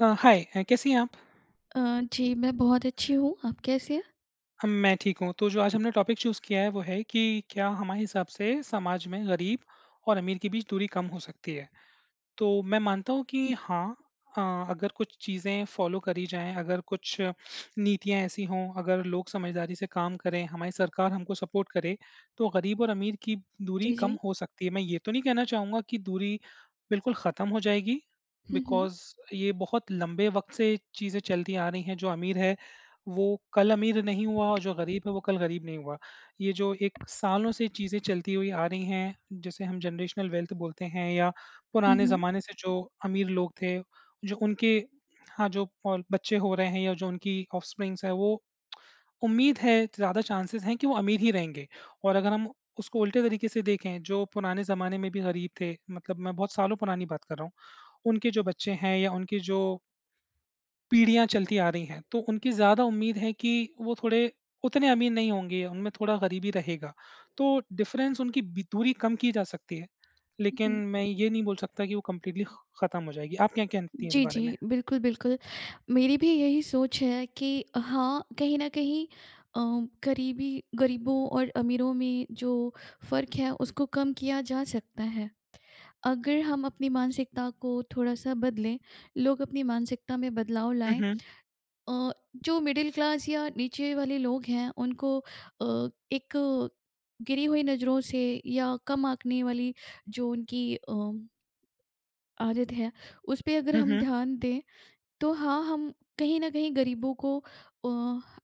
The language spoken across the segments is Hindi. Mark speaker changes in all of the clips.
Speaker 1: हाय कैसी हैं आप?
Speaker 2: अ, जी, मैं बहुत अच्छी हूँ। आप कैसे हैं?
Speaker 1: हम मैं ठीक हूँ। तो जो आज हमने टॉपिक चूज़ किया है वो है कि क्या हमारे हिसाब से समाज में गरीब और अमीर के बीच दूरी कम हो सकती है? तो मैं मानता हूँ कि हाँ, अ, अगर कुछ चीज़ें फॉलो करी जाएँ, अगर कुछ नीतियाँ ऐसी हों, अगर लोग समझदारी से काम करें, हमारी सरकार हमको सपोर्ट करे, तो गरीब और अमीर की दूरी
Speaker 2: जी,
Speaker 1: कम
Speaker 2: जी।
Speaker 1: हो सकती है। मैं ये तो नहीं कहना चाहूँगा कि दूरी बिल्कुल ख़त्म हो जाएगी,
Speaker 2: हुँ, हुँ।
Speaker 1: बिकॉज़ ये बहुत लंबे वक़्त से चीज़ें चलती आ रही हैं। जो अमीर है, वो कल अमीर नहीं हुआ और जो गरीब है, वो कल गरीब नहीं हुआ। ये जो एक सालों से चीज़ें चलती हुई आ रही हैं, जिसे हम जनरेशनल वेल्थ बोलते हैं या
Speaker 2: हुँ,
Speaker 1: पुराने
Speaker 2: हुँ।
Speaker 1: ज़माने से जो अमीर लोग थे, जो उनके हाँ, जो और बच्चे हो रहे हैं या जो उनकी ऑफ़स्प्रिंग्स हैं, वो उम्मीद है, ज़्यादा चांसेस हैं कि वो अमीर ही रहेंगे। और अगर हम उसको उल्टे तरीके से देखें, जो पुराने ज़माने में भी गरीब थे, मतलब मैं बहुत सालों पुरानी बात कर रहा हूँ, उनके जो बच्चे हैं या उनके जो पीढ़ियाँ चलती आ रही हैं, तो उनकी ज़्यादा उम्मीद है कि वो थोड़े उतने अमीर नहीं होंगे, उनमें थोड़ा गरीबी रहेगा। तो डिफ़रेंस उनकी बी दूरी कम की जा सकती है,
Speaker 2: हुँ,
Speaker 1: लेकिन
Speaker 2: हुँ।
Speaker 1: मैं ये नहीं बोल सकता कि वो कम्प्लीटली ख़ ख़त्म हो जाएगी। आप क्या कहती हैं इस
Speaker 2: जी,
Speaker 1: बारे
Speaker 2: जी।
Speaker 1: में?
Speaker 2: बिल्कुल, बिल्कुल। मेरी भी यही सोच है कि हाँ, कहीं न कहीं अ, करीबी गरीबों और अमीरों में जो फ़र्क है उसको कम किया जा सकता है। अगर हम अपनी मानसिकता को थोड़ा-सा बदलें, लोग अपनी मानसिकता में बदलाव
Speaker 1: हुँ,
Speaker 2: लाएँ।
Speaker 1: हुँ।
Speaker 2: अ, जो मिडिल क्लास या नीचे वाले लोग हैं उनको एक गिरी हुई नज़रों से या कम आंकने वाली जो उनकी आदत है, उस पे अगर
Speaker 1: हुँ,
Speaker 2: हम
Speaker 1: हुँ।
Speaker 2: ध्यान दें तो हाँ, हम कहीं ना कहीं गरीबों को अ,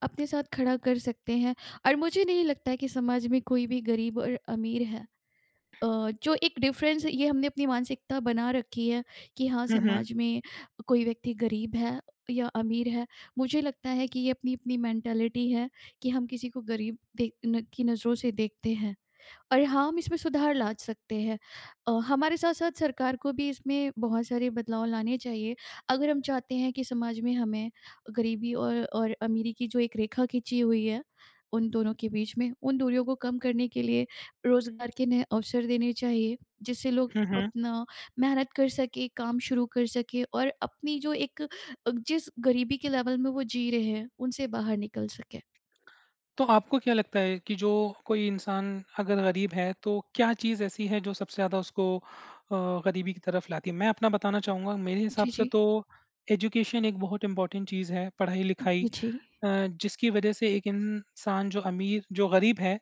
Speaker 2: अपने साथ खड़ा कर सकते हैं और मुझे नहीं लगता है कि समाज में कोई भी गरीब और अमीर है। अ, जो एक डिफरेंस ये हमने अपनी मानसिकता बना रखी है कि हाँ,
Speaker 1: हुँ, हुँ।
Speaker 2: समाज में कोई व्यक्ति गरीब है या अमीर है, मुझे लगता है कि ये अपनी अपनी मेंटालिटी है कि हम किसी को गरीब देख न, की नज़रों से देखते हैं और हाँ, हम इसमें सुधार ला सकते हैं। हमारे साथ-साथ सरकार को भी इसमें बहुत सारे बदलाव लाने चाहिए। अगर हम चाहते हैं कि समाज में हमें गरीबी और अमीरी की जो एक रेखा खींची हुई है, उन दोनों के बीच में, उन दूरियों को कम करने के लिए रोज़गार के नए अवसर देने चाहिए, जिससे लोग
Speaker 1: हुँ, हुँ।
Speaker 2: अपना मेहनत कर सकें, काम शुरू कर सकें और अपनी जो जिस गरीबी के लेवल में वो जी रहे हैं, उनसे बाहर निकल सकें।
Speaker 1: तो आपको क्या लगता है कि जो कोई इंसान अगर गरीब है, तो क्या चीज़ ऐसी है जो सबसे ज़्यादा उसको अ, गरीबी की तरफ लाती है? मैं अपना बताना चाहूँगा, मेरे हिसाब
Speaker 2: जी,
Speaker 1: से
Speaker 2: जी।
Speaker 1: तो एजुकेशन एक बहुत इम्पोर्टेंट चीज़ है, पढ़ाई-लिखाई।
Speaker 2: जी, जी।
Speaker 1: जिसकी वजह से एक इंसान जो गरीब है,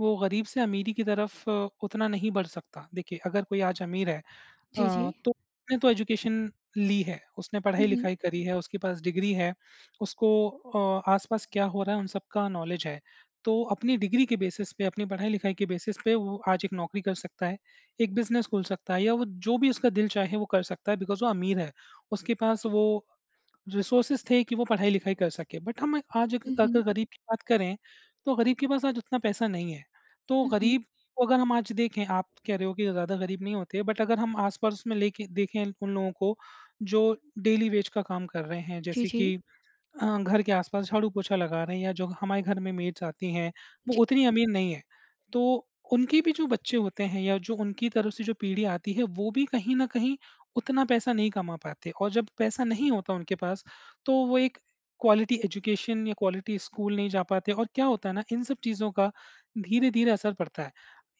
Speaker 1: वो गरीब से अमीरी की तरफ उतना नहीं बढ़ सकता। देखिए, अगर कोई आज अमीर है,
Speaker 2: जी,
Speaker 1: अ,
Speaker 2: जी।
Speaker 1: तो उसने तो एजुकेशन ली है, उसने
Speaker 2: हुँ, हुँ।
Speaker 1: पढ़ाई-लिखाई करी है, उसके पास डिग्री है, उसको आस-पास क्या हो रहा है उन सब का नॉलेज है। तो अपनी डिग्री के बेसिस पे, अपनी पढ़ाई-लिखाई के बेसिस पे वो आज एक नौकरी कर सकता है, एक बिज़नेस खोल सकता है या वो जो भी उसका दिल चाहे वो कर सकता है बिकॉज़ वो अमीर है। उसके पास वो रिसोर्सेज़ थे कि वो पढ़ाई-लिखाई कर सके। बट हम आज अग
Speaker 2: हुँ,
Speaker 1: अगर
Speaker 2: हुँ।
Speaker 1: गरीब की बात करें, तो गरीब के पास आज उतना पैसा नहीं है। तो
Speaker 2: हुँ, हुँ।
Speaker 1: गरीब तो अगर हम आज देखें, आप कह रहे हो कि ज़्यादा गरीब नहीं होते, बट अगर हम आस-पड़ोस में लेके देखें उन लोगों को, जो डेली वेज का काम कर रहे हैं,
Speaker 2: जी,
Speaker 1: जैसे
Speaker 2: जी।
Speaker 1: कि घर के आस-पास झाड़ू-पोछा लगाना या जो हमारे घर में मेड्स आती हैं, वो
Speaker 2: जी,
Speaker 1: उतनी अमीर नहीं है। तो उनके भी जो बच्चे होते हैं या जो उनकी तरफ से जो पीढ़ी आती है, वो भी कहीं न कहीं उतना पैसा नहीं कमा पाते और जब पैसा नहीं होता उनके पास, तो वो एक क्वालिटी एजुकेशन या क्वालिटी स्कूल नहीं जा पाते और क्या होता है ना, इन सब चीज़ों का धीरे-धीरे असर पड़ता है।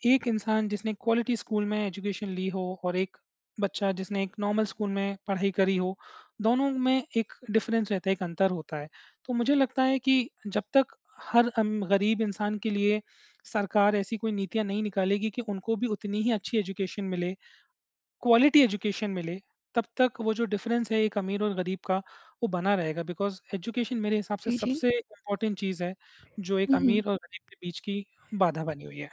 Speaker 1: एक इंसान जिसने क्वालिटी स्कूल में एजुकेशन ली हो और एक बच्चा जिसने एक नॉर्मल स्कूल में पढ़ाई करी हो, दोनों में एक डिफरेंस रहता है, एक अंतर होता है। तो मुझे लगता है कि जब तक हर गरीब इंसान के लिए सरकार ऐसी कोई नीतियाँ नहीं निकालेगी कि उनको भी उतनी ही अच्छी एजुकेशन मिले, क्वालिटी एजुकेशन मिले, तब तक वो जो डिफरेंस है एक अमीर और गरीब का, वो बना रहेगा बिकॉज़ एजुकेशन मेरे हिसाब से
Speaker 2: जी, जी।
Speaker 1: सबसे इम्पोर्टेंट चीज़ है, जो एक
Speaker 2: हुँ, हुँ।
Speaker 1: अमीर और गरीब के बीच की बाधा बनी हुई है।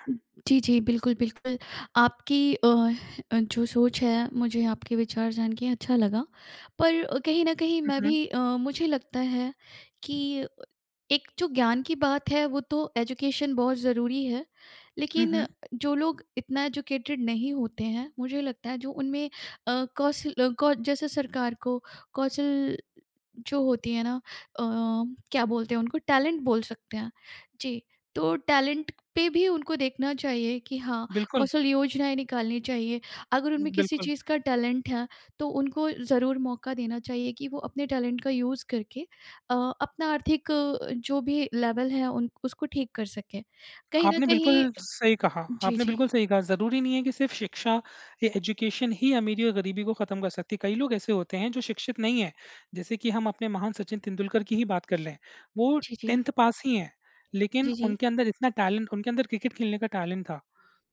Speaker 2: जी, जी। बिल्कुल, बिल्कुल। आपकी जो सोच है, मुझे आपके विचार जान के अच्छा लगा। पर कहीं न कहीं
Speaker 1: हुँ,
Speaker 2: मैं
Speaker 1: हुँ।
Speaker 2: भी मुझे लगता है कि एक जो ज्ञान की बात है, वो तो एजुकेशन बहुत ज़रूरी है।
Speaker 1: हुँ,
Speaker 2: लेकिन
Speaker 1: हुँ।
Speaker 2: जो लोग इतना एजुकेटेड नहीं होते हैं, मुझे लगता है जो उनमें कौशल अ, कौ जैसे सरकार को कौशल जो होती है ना, क्या बोलते हैं, उनको टैलेंट बोल सकते हैं। जी, तो टैलेंट पे भी उनको देखना चाहिए कि हाँ,
Speaker 1: बिल्कुल,
Speaker 2: कौशल योजनाएँ निकालनी चाहिए। अगर उनमें किसी
Speaker 1: बिल्कुल।
Speaker 2: चीज़ का टैलेंट है, तो उनको ज़रूर मौका देना चाहिए कि वो अपने टैलेंट का यूज़ करके अ, अपना आर्थिक, जो भी लेवल है, उन उसको ठीक कर सकें। कहीं न
Speaker 1: आपने
Speaker 2: कहीं
Speaker 1: बिल्कुल सही कहा,
Speaker 2: जी,
Speaker 1: आपने बिल्कुल
Speaker 2: जी।
Speaker 1: सही कहा। ज़रूरी नहीं है कि सिर्फ़ शिक्षा या एजुकेशन ही अमीरी और गरीबी को ख़त्म कर सकती है। कई लोग ऐसे होते हैं जो शिक्षित नहीं हैं, जैसे कि हम अपने महान सचिन तेंदुलकर की ही बात कर लें, वो
Speaker 2: जी, जी।
Speaker 1: 10th पास ही हैं, लेकिन
Speaker 2: जी, जी।
Speaker 1: उनके अंदर इतना टैलेंट उनके अंदर क्रिकेट खेलने का टैलेंट था।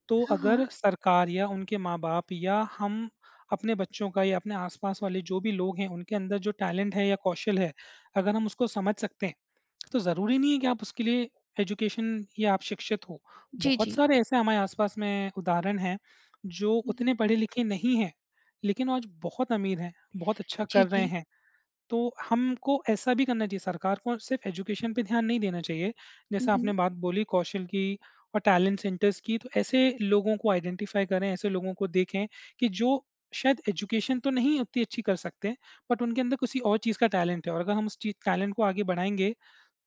Speaker 1: तो
Speaker 2: हाँ, हाँ।
Speaker 1: अगर सरकार या उनके माँ-बाप या हम अपने बच्चों का या अपने आस-पास वाले जो भी लोग हैं, उनके अंदर जो टैलेंट है या कौशल है, अगर हम उसको समझ सकते हैं तो ज़रूरी नहीं है कि आप उसके लिए एजुकेशन या आप शिक्षित हो।
Speaker 2: जी,
Speaker 1: बहुत
Speaker 2: जी।
Speaker 1: सारे ऐसे हमारे आस-पास में उदाहरण हैं, जो
Speaker 2: हुँ,
Speaker 1: उतने
Speaker 2: हुँ।
Speaker 1: पढ़े-लिखे नहीं हैं, लेकिन आज बहुत अमीर हैं, बहुत अच्छा
Speaker 2: जी,
Speaker 1: कर रहे
Speaker 2: जी।
Speaker 1: हैं। तो हमको ऐसा भी करना चाहिए, सरकार को सिर्फ़ एजुकेशन पे ध्यान नहीं देना चाहिए।
Speaker 2: हुँ,
Speaker 1: जैसे आपने
Speaker 2: हुँ।
Speaker 1: बात बोली कौशल की और टैलेंट सेंटर्स की, तो ऐसे लोगों को आइडेंटिफ़ाई करें, ऐसे लोगों को देखें कि जो शायद एजुकेशन तो नहीं उतनी अच्छी कर सकते, बट उनके अंदर किसी और चीज़ का टैलेंट है और अगर हम उस चीज़ टैलेंट को आगे बढ़ाएँगे,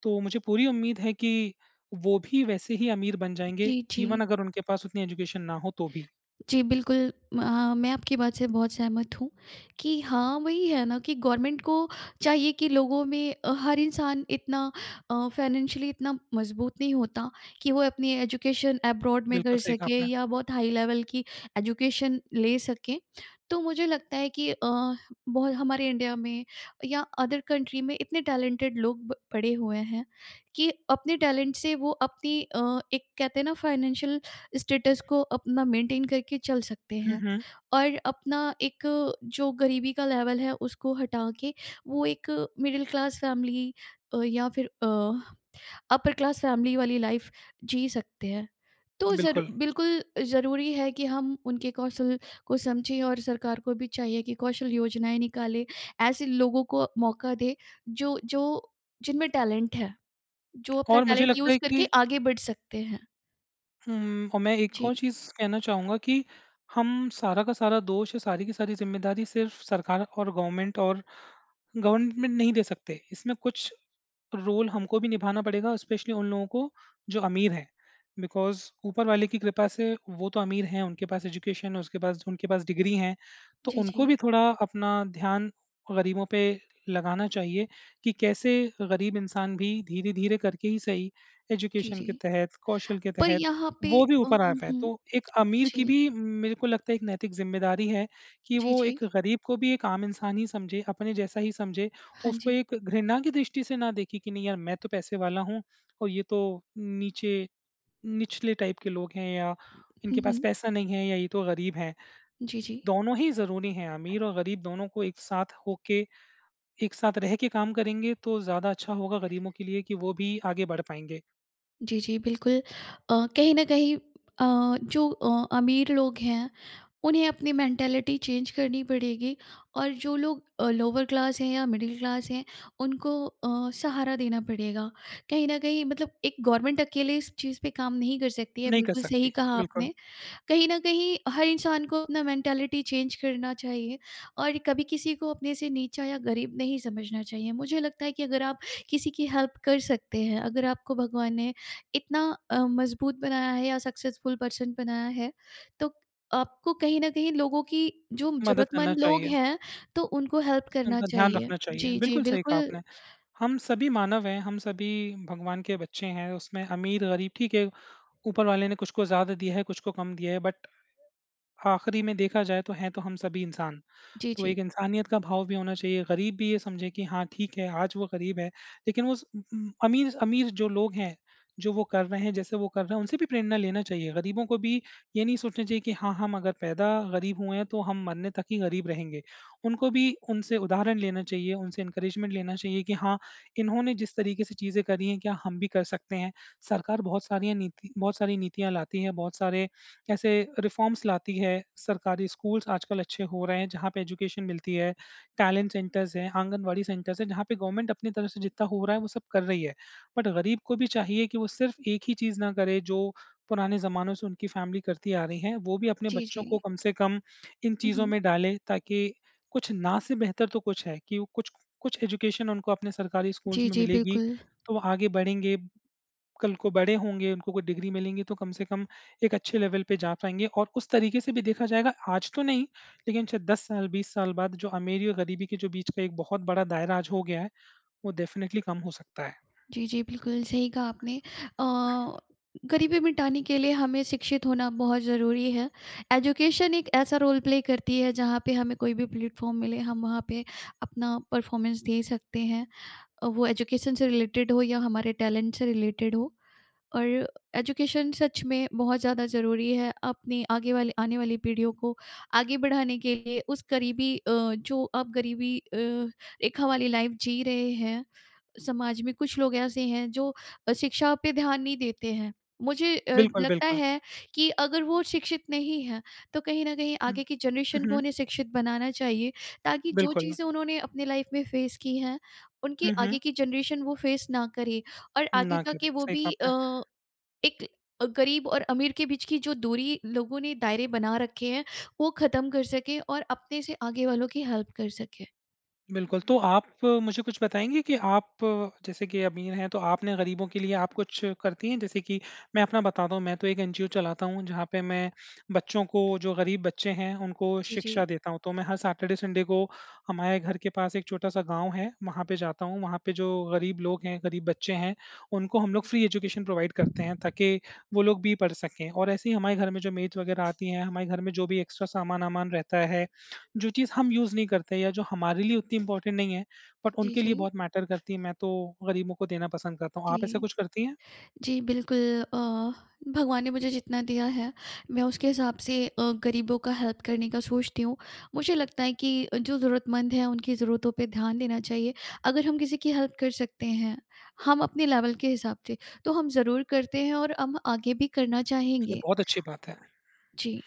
Speaker 1: तो मुझे पूरी उम्मीद है कि वो भी वैसे ही अमीर बन जाएँगे,
Speaker 2: जी, जी।
Speaker 1: इवन अगर उनके पास उतनी एजुकेशन ना हो तो भी।
Speaker 2: जी, बिल्कुल। मैं आपकी बात से बहुत सहमत हूँ कि हाँ, वही है ना कि गवर्नमेंट को चाहिए कि लोगों में हर इंसान इतना फाइनेंशियली इतना मजबूत नहीं होता कि वो अपनी एजुकेशन अब्रॉड में
Speaker 1: बिल्कुल
Speaker 2: कर
Speaker 1: सही कहा
Speaker 2: सके
Speaker 1: आपने।
Speaker 2: या बहुत हाई लेवल की एजुकेशन ले सके। तो मुझे लगता है कि बहुत हमारे इंडिया में या अदर कंट्री में इतने टैलेंटेड लोग ब पड़े हुए हैं कि अपने टैलेंट से वो अपनी एक कहते हैं ना, फाइनेंशियल स्टेटस को अपना मेंटेन करके चल सकते
Speaker 1: हुँ,
Speaker 2: हैं
Speaker 1: हुँ,
Speaker 2: और अपना एक जो गरीबी का लेवल है, उसको हटा के वो एक मिडिल क्लास फैमिली या फिर अपर क्लास फैमिली वाली लाइफ जी सकते हैं। तो जरू
Speaker 1: बिल्कुल।
Speaker 2: बिल्कुल ज़रूरी है कि हम उनके कौशल को समझें और सरकार को भी चाहिए कि कौशल योजनाएं निकाले, ऐसे लोगों को मौका दे जो जो जिनमें टैलेंट है, जो अपना
Speaker 1: और मुझे
Speaker 2: टैलेंट
Speaker 1: लगता
Speaker 2: यूज़
Speaker 1: है
Speaker 2: करके
Speaker 1: कि
Speaker 2: आगे बढ़ सकते हैं।
Speaker 1: हुँ, और मैं एक और
Speaker 2: जी,
Speaker 1: चीज़ कहना चाहूँगा कि हम सारा का सारा दोष या सारी की सारी ज़िम्मेदारी सिर्फ़ सरकार और गवर्नमेंट नहीं दे सकते। इसमें कुछ रोल हमको भी निभाना पड़ेगा, स्पेशली उन लोगों को जो अमीर हैं। बिकॉज़ ऊपर वाले की कृपा से वो तो अमीर हैं, उनके पास एजुकेशन है, उसके पास उनके पास डिग्री हैं, तो
Speaker 2: जी,
Speaker 1: उनको
Speaker 2: जी,
Speaker 1: भी थोड़ा अपना ध्यान गरीबों पे लगाना चाहिए कि कैसे गरीब इंसान भी धीरे-धीरे करके ही सही,
Speaker 2: जी,
Speaker 1: एजुकेशन
Speaker 2: जी।
Speaker 1: के तहत, कौशल के
Speaker 2: पर
Speaker 1: तहत
Speaker 2: यहाँ पे
Speaker 1: वो भी ऊपर आ
Speaker 2: हुँ,
Speaker 1: पाएँ। तो
Speaker 2: हुँ।
Speaker 1: एक अमीर की
Speaker 2: जी,
Speaker 1: भी मेरे को लगता है एक नैतिक ज़िम्मेदारी है कि
Speaker 2: जी,
Speaker 1: वो
Speaker 2: जी।
Speaker 1: एक गरीब को भी एक आम इंसान ही समझे, अपने जैसा ही समझे।
Speaker 2: हाँ
Speaker 1: उसको
Speaker 2: जी।
Speaker 1: एक घृणा की दृष्टि से ना देखे कि नहीं यार मैं तो पैसे वाला हूँ और ये तो नीचे निचले टाइप के लोग हैं या
Speaker 2: हुँ,
Speaker 1: इनके पास
Speaker 2: हुँ।
Speaker 1: पैसा नहीं है या ये तो गरीब हैं।
Speaker 2: जी, जी।
Speaker 1: दोनों ही ज़रूरी हैं, अमीर और गरीब दोनों को एक साथ होके, एक साथ रह के काम करेंगे तो ज़्यादा अच्छा होगा गरीबों के लिए कि वो भी आगे बढ़ पाएँगे।
Speaker 2: जी, जी, बिल्कुल। कहीं न कहीं जो अमीर लोग हैं, उन्हें अपनी मेंटालिटी चेंज करनी पड़ेगी और जो लोग लोअर क्लास हैं या मिडिल क्लास हैं, उनको सहारा देना पड़ेगा। कहीं न कहीं मतलब एक गवर्नमेंट अकेले इस चीज़ पे काम नहीं कर सकती है,
Speaker 1: नहीं कर
Speaker 2: बिल्कुल
Speaker 1: सकते,
Speaker 2: सही कहा
Speaker 1: बिल्कुल।
Speaker 2: आपने। कहीं न कहीं हर इंसान को अपना मेंटालिटी चेंज करना चाहिए और कभी किसी को अपने से नीचा या गरीब नहीं समझना चाहिए। मुझे लगता है कि अगर आप किसी की हेल्प कर सकते हैं, अगर आपको भगवान ने इतना मज़बूत बनाया है या सक्सेसफुल पर्सन बनाया है, तो आपको कहीं न कहीं लोगों की, जो
Speaker 1: मदद करना
Speaker 2: ज़रूरतमंद लोग
Speaker 1: चाहिए।
Speaker 2: हैं, तो उनको हेल्प करना
Speaker 1: उनका ध्यान
Speaker 2: चाहिए।
Speaker 1: रखना चाहिए।
Speaker 2: जी, जी,
Speaker 1: बिल्कुल सही कहा
Speaker 2: बिल्कुल।
Speaker 1: आपने। हम सभी मानव हैं, हम सभी भगवान के बच्चे हैं, उसमें अमीर-गरीब ठीक है, ऊपर वाले ने कुछ को ज़्यादा दिया है, कुछ को कम दिया है, बट आखिरी में देखा जाए तो हैं तो हम सभी इंसान।
Speaker 2: जी,
Speaker 1: तो
Speaker 2: जी।
Speaker 1: एक इंसानियत का भाव भी होना चाहिए। गरीब भी ये समझे कि हाँ, ठीक है, आज वो गरीब है, लेकिन वो स अमीर अमीर जो लोग हैं, जो वो कर रहे हैं, जैसे वो कर रहे हैं, उनसे भी प्रेरणा लेना चाहिए। गरीबों को भी ये नहीं सोचना चाहिए कि हाँ, हम अगर पैदा गरीब हुए हैं, तो हम मरने तक ही गरीब रहेंगे। उनको भी उनसे उदाहरण लेना चाहिए, उनसे एनकरेजमेंट लेना चाहिए कि हाँ, इन्होंने जिस तरीके से चीज़ें करी हैं, क्या हम भी कर सकते हैं? सरकार बहुत सारी नीतियाँ लाती है, बहुत सारे ऐसे रिफ़ॉर्म्स लाती है। सरकारी स्कूल्स आजकल अच्छे हो रहे हैं जहाँ पे एजुकेशन मिलती है। टैलेंट सेंटर्स हैं, आंगनवाड़ी सेंटर्स हैं जहाँ पे गवर्नमेंट अपनी तरफ से जितना हो रहा है वो सब कर रही है। बट गरीब को भी चाहिए कि वो सिर्फ़ एक ही चीज़ ना करे जो पुराने ज़मानों से उनकी फैमिली करती आ रही है। वो भी अपने
Speaker 2: जी,
Speaker 1: बच्चों
Speaker 2: जी।
Speaker 1: को कम से कम इन
Speaker 2: हुँ,
Speaker 1: चीज़ों
Speaker 2: हुँ।
Speaker 1: में डाले ताकि कुछ ना से बेहतर तो कुछ है कि वो कुछ कुछ एजुकेशन उनको अपने सरकारी स्कूल्स
Speaker 2: जी,
Speaker 1: में
Speaker 2: जी,
Speaker 1: मिलेगी,
Speaker 2: बिल्कुल।
Speaker 1: तो वो आगे बढ़ेंगे। कल को बड़े होंगे, उनको कोई डिग्री मिलेंगी तो कम से कम एक अच्छे लेवल पे जा पाएँगे और उस तरीके से भी देखा जाएगा आज तो नहीं, लेकिन शायद 10 साल, 20 साल बाद जो अमीरी और गरीबी के जो बीच का एक बहुत बड़ा दायरा आज हो गया है, वो डेफ़िनिटली कम हो सकता है।
Speaker 2: जी, जी, बिल्कुल सही कहा आपने। अ, गरीबी मिटाने के लिए हमें शिक्षित होना बहुत ज़रूरी है। एजुकेशन एक ऐसा रोल प्ले करती है जहाँ पे हमें कोई भी प्लेटफ़ॉर्म मिले, हम वहाँ पे अपना परफ़ॉर्मेंस दे सकते हैं। वो एजुकेशन से रिलेटेड हो या हमारे टैलेंट से रिलेटेड हो और एजुकेशन सच में बहुत ज़्यादा ज़रूरी है, अपनी आगे वाली आने वाली पीढ़ियों को आगे बढ़ाने के लिए, उस गरीबी जो अब गरीबी रेखा वाली लाइफ़ जी रहे हैं। समाज में कुछ लोग ऐसे हैं जो शिक्षा पे ध्यान नहीं देते हैं। मुझे
Speaker 1: बिल्कुल,
Speaker 2: लगता
Speaker 1: बिल्कुल।
Speaker 2: है कि अगर वो शिक्षित नहीं हैं, तो कहीं न कहीं
Speaker 1: हुँ,
Speaker 2: आगे की
Speaker 1: हुँ,
Speaker 2: जनरेशन को
Speaker 1: हुँ,
Speaker 2: उन्हें शिक्षित बनाना चाहिए, ताकि जो
Speaker 1: बिल्कुल।
Speaker 2: चीज़ें उन्होंने अपने लाइफ़ में फेस की हैं, उनकी
Speaker 1: हुँ, हुँ,
Speaker 2: आगे की जनरेशन वो फेस ना करे और आगे
Speaker 1: ना करें,
Speaker 2: जाके वो
Speaker 1: सही कहा
Speaker 2: भी
Speaker 1: आपने।
Speaker 2: एक गरीब और अमीर के बीच की जो दूरी, लोगों ने दायरे बना रखे हैं, वो ख़त्म कर सकें और अपने से आगे वालों की हेल्प कर सकें।
Speaker 1: बिल्कुल, तो आप मुझे कुछ बताएँगी कि आप जैसे कि अमीर हैं, तो आपने गरीबों के लिए आप कुछ करती हैं? जैसे कि मैं अपना बताता हूँ, मैं तो एक एनजीओ चलाता हूँ, जहाँ पे मैं बच्चों को जो गरीब बच्चे हैं, उनको
Speaker 2: जी,
Speaker 1: शिक्षा
Speaker 2: जी।
Speaker 1: देता हूँ। तो मैं हर सैटरडे संडे को हमारे घर के पास एक छोटा-सा गाँव है, वहाँ पे जाता हूँ। वहाँ पे जो गरीब लोग हैं, गरीब बच्चे हैं, उनको हम लोग फ्री एजुकेशन प्रोवाइड करते हैं, ताकि वो लोग भी पढ़ सकें और ऐसे ही हमारे घर में जो मेड वगैरह आती हैं, हमारे घर में जो भी एक्स्ट्रा सामान-वामान रहता है जो चीज़ हम यूज़ नहीं करते या जो हमारे लिए उतनी इम्पोर्टेंट नहीं है, बट
Speaker 2: जी,
Speaker 1: उनके
Speaker 2: जी।
Speaker 1: लिए बहुत मैटर करती है, मैं तो गरीबों को देना पसंद करता हूँ। आप ऐसा
Speaker 2: जी।
Speaker 1: कुछ करती हैं?
Speaker 2: जी, बिल्कुल। भगवान ने मुझे जितना दिया है, मैं उसके हिसाब से गरीबों का हेल्प करने का सोचती हूँ। मुझे लगता है कि जो ज़रूरतमंद हैं, उनकी ज़रूरतों पे ध्यान देना चाहिए। अगर हम किसी की हेल्प कर सकते हैं, हम अपने लेवल के हिसाब से, तो हम ज़रूर करते हैं और हम आगे भी करना
Speaker 1: ये
Speaker 2: चाहेंगे।
Speaker 1: बहुत अच्छी बात है।
Speaker 2: जी,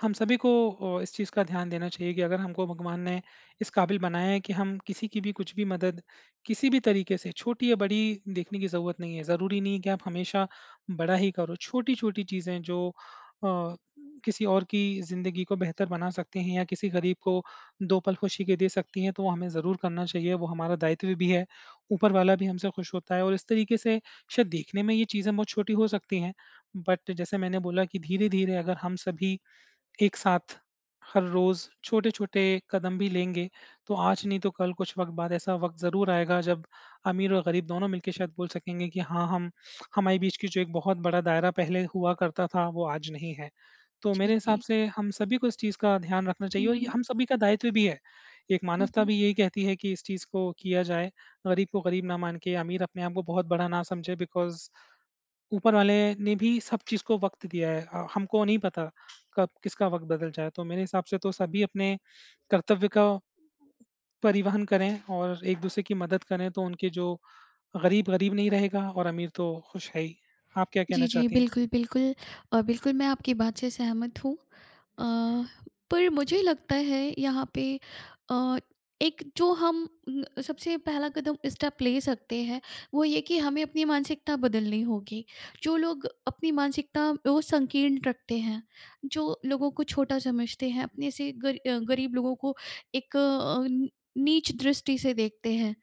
Speaker 1: हम सभी को इस चीज़ का ध्यान देना चाहिए कि अगर हमको भगवान ने इस काबिल बनाया है कि हम किसी की भी कुछ भी मदद किसी भी तरीके से छोटी या बड़ी देखने की ज़रूरत नहीं है। ज़रूरी नहीं है कि आप हमेशा बड़ा ही करो। छोटी-छोटी चीज़ें जो अ, किसी और की ज़िंदगी को बेहतर बना सकती हैं या किसी गरीब को 2 पल खुशी के दे सकती हैं, तो वो हमें ज़रूर करना चाहिए। वो हमारा दायित्व भी है। ऊपर वाला भी हमसे खुश होता है और इस तरीके से शायद देखने में ये चीज़ें बहुत छोटी हो सकती हैं, बट जैसे मैंने बोला कि धीरे-धीरे अगर हम सभी एक साथ हर रोज़ छोटे-छोटे कदम भी लेंगे, तो आज नहीं तो कल कुछ वक़्त बाद ऐसा वक़्त ज़रूर आएगा जब अमीर और गरीब दोनों मिलके शायद बोल सकेंगे कि हाँ, हम हमारे बीच की जो एक बहुत बड़ा दायरा पहले हुआ करता था, वो आज नहीं है। तो
Speaker 2: जी,
Speaker 1: मेरे हिसाब
Speaker 2: जी।
Speaker 1: से हम सभी को इस चीज़ का ध्यान रखना चाहिए
Speaker 2: हुँ,
Speaker 1: और ये
Speaker 2: हुँ।
Speaker 1: हम सभी का दायित्व भी है। एक
Speaker 2: हुँ,
Speaker 1: मानवता
Speaker 2: हुँ।
Speaker 1: भी यही कहती है कि इस चीज़ को किया जाए, गरीब को गरीब ना मान के, अमीर अपने आप को बहुत बड़ा ना समझे बिकॉज़ ऊपर वाले ने भी सब चीज़ को वक़्त दिया है। हमको नहीं पता कब किसका वक़्त बदल जाए, तो मेरे हिसाब से तो सभी अपने कर्तव्य का परिवहन करें और एक-दूसरे की मदद करें, तो उनके जो गरीब, गरीब नहीं रहेगा और अमीर तो खुश है ही। आप क्या कहना
Speaker 2: जी, जी।
Speaker 1: चाहती हैं?
Speaker 2: बिल्कुल, बिल्कुल। बिल्कुल, मैं आपकी बात से सहमत हूँ। अ, पर मुझे लगता है यहाँ पे अ, एक जो हम सबसे पहला कदम स्टेप ले सकते हैं, वो ये कि हमें अपनी मानसिकता बदलनी होगी। जो लोग अपनी मानसिकता वो संकीर्ण रखते हैं, जो लोगों को छोटा समझते हैं, अपने से गरीब लोगों को एक नीच दृष्टि से देखते हैं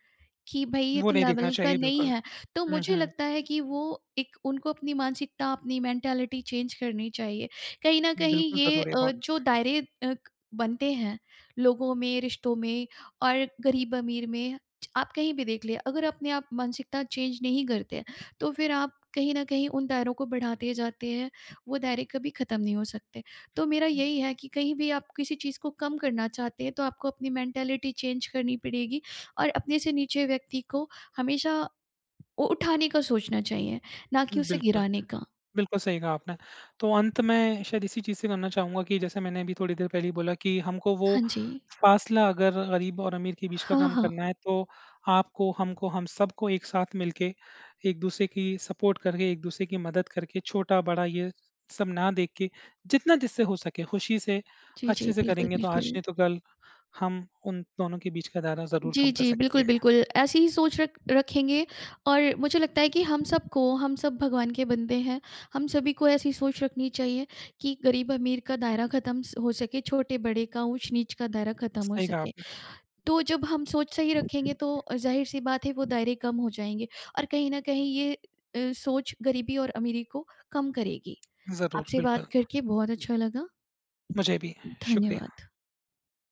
Speaker 2: कि भई ये
Speaker 1: वो
Speaker 2: तो
Speaker 1: नहीं देखना
Speaker 2: लेवल का
Speaker 1: चाहिए
Speaker 2: नहीं
Speaker 1: बिल्कुल।
Speaker 2: है। तो
Speaker 1: हुँ,
Speaker 2: मुझे
Speaker 1: हुँ।
Speaker 2: लगता है कि वो एक उनको अपनी मानसिकता, अपनी मेंटालिटी चेंज करनी चाहिए। कहीं न कहीं
Speaker 1: बिल्कुल
Speaker 2: ये
Speaker 1: ज़रूरी है बहुत।
Speaker 2: जो दायरे अ, क बनते हैं लोगों में, रिश्तों में और गरीब-अमीर में, च आप कहीं भी देख लें, अगर अपने आप मानसिकता चेंज नहीं करते हैं, तो फिर आप कहीं न कहीं उन दायरों को बढ़ाते जाते हैं, वो दायरे कभी ख़त्म नहीं हो सकते। तो मेरा यही है कि कहीं भी आप किसी चीज़ को कम करना चाहते हैं, तो आपको अपनी मेंटालिटी चेंज करनी पड़ेगी और अपने से नीचे व्यक्ति को हमेशा वो उठाने का सोचना चाहिए, ना कि उसे
Speaker 1: बिल्कुल।
Speaker 2: गिराने का।
Speaker 1: बिल्कुल सही कहा आपने। तो अंत में शायद इसी चीज़ से करना चाहूँगा कि जैसे मैंने अभी थोड़ी देर पहले ही बोला कि हमको वो
Speaker 2: हाँ जी।
Speaker 1: फासला अगर गरीब और अमीर के बीच का
Speaker 2: हाँ,
Speaker 1: कम
Speaker 2: हाँ।
Speaker 1: करना है तो आपको, हमको, हम सबको एक साथ मिलके, एक दूसरे की सपोर्ट करके, एक दूसरे की मदद करके, छोटा-बड़ा ये सब ना देख के, जितना जिससे हो सके खुशी से,
Speaker 2: जी, जी।
Speaker 1: अच्छे से
Speaker 2: बिल्कुल,
Speaker 1: करेंगे तो आज
Speaker 2: बिल्कुल।
Speaker 1: नहीं तो कल हम उन दोनों के बीच का दायरा ज़रूर कम
Speaker 2: जी,
Speaker 1: कर
Speaker 2: जी।
Speaker 1: सकेंगे।
Speaker 2: बिल्कुल, बिल्कुल। ऐसी ही सोच रख रखेंगे और मुझे लगता है कि हम सबको, हम सब भगवान के बंदे हैं। हम सभी को ऐसी सोच रखनी चाहिए कि गरीब-अमीर का दायरा ख़त्म स हो सके, छोटे-बड़े का, ऊँच-नीच का दायरा ख़त्म हो
Speaker 1: सही कहा
Speaker 2: सके।
Speaker 1: आपने।
Speaker 2: तो जब हम सोच सही रखेंगे तो ज़ाहिर-सी बात है, वो दायरे कम हो जाएँगे और कहीं न कहीं ये सोच गरीबी और अमीरी को कम करेगी।
Speaker 1: ज़रूर,
Speaker 2: आपसे बात
Speaker 1: बिल्कुल।
Speaker 2: करके बहुत अच्छा लगा।
Speaker 1: मुझे भी। शुक्रिया।
Speaker 2: धन्यवाद।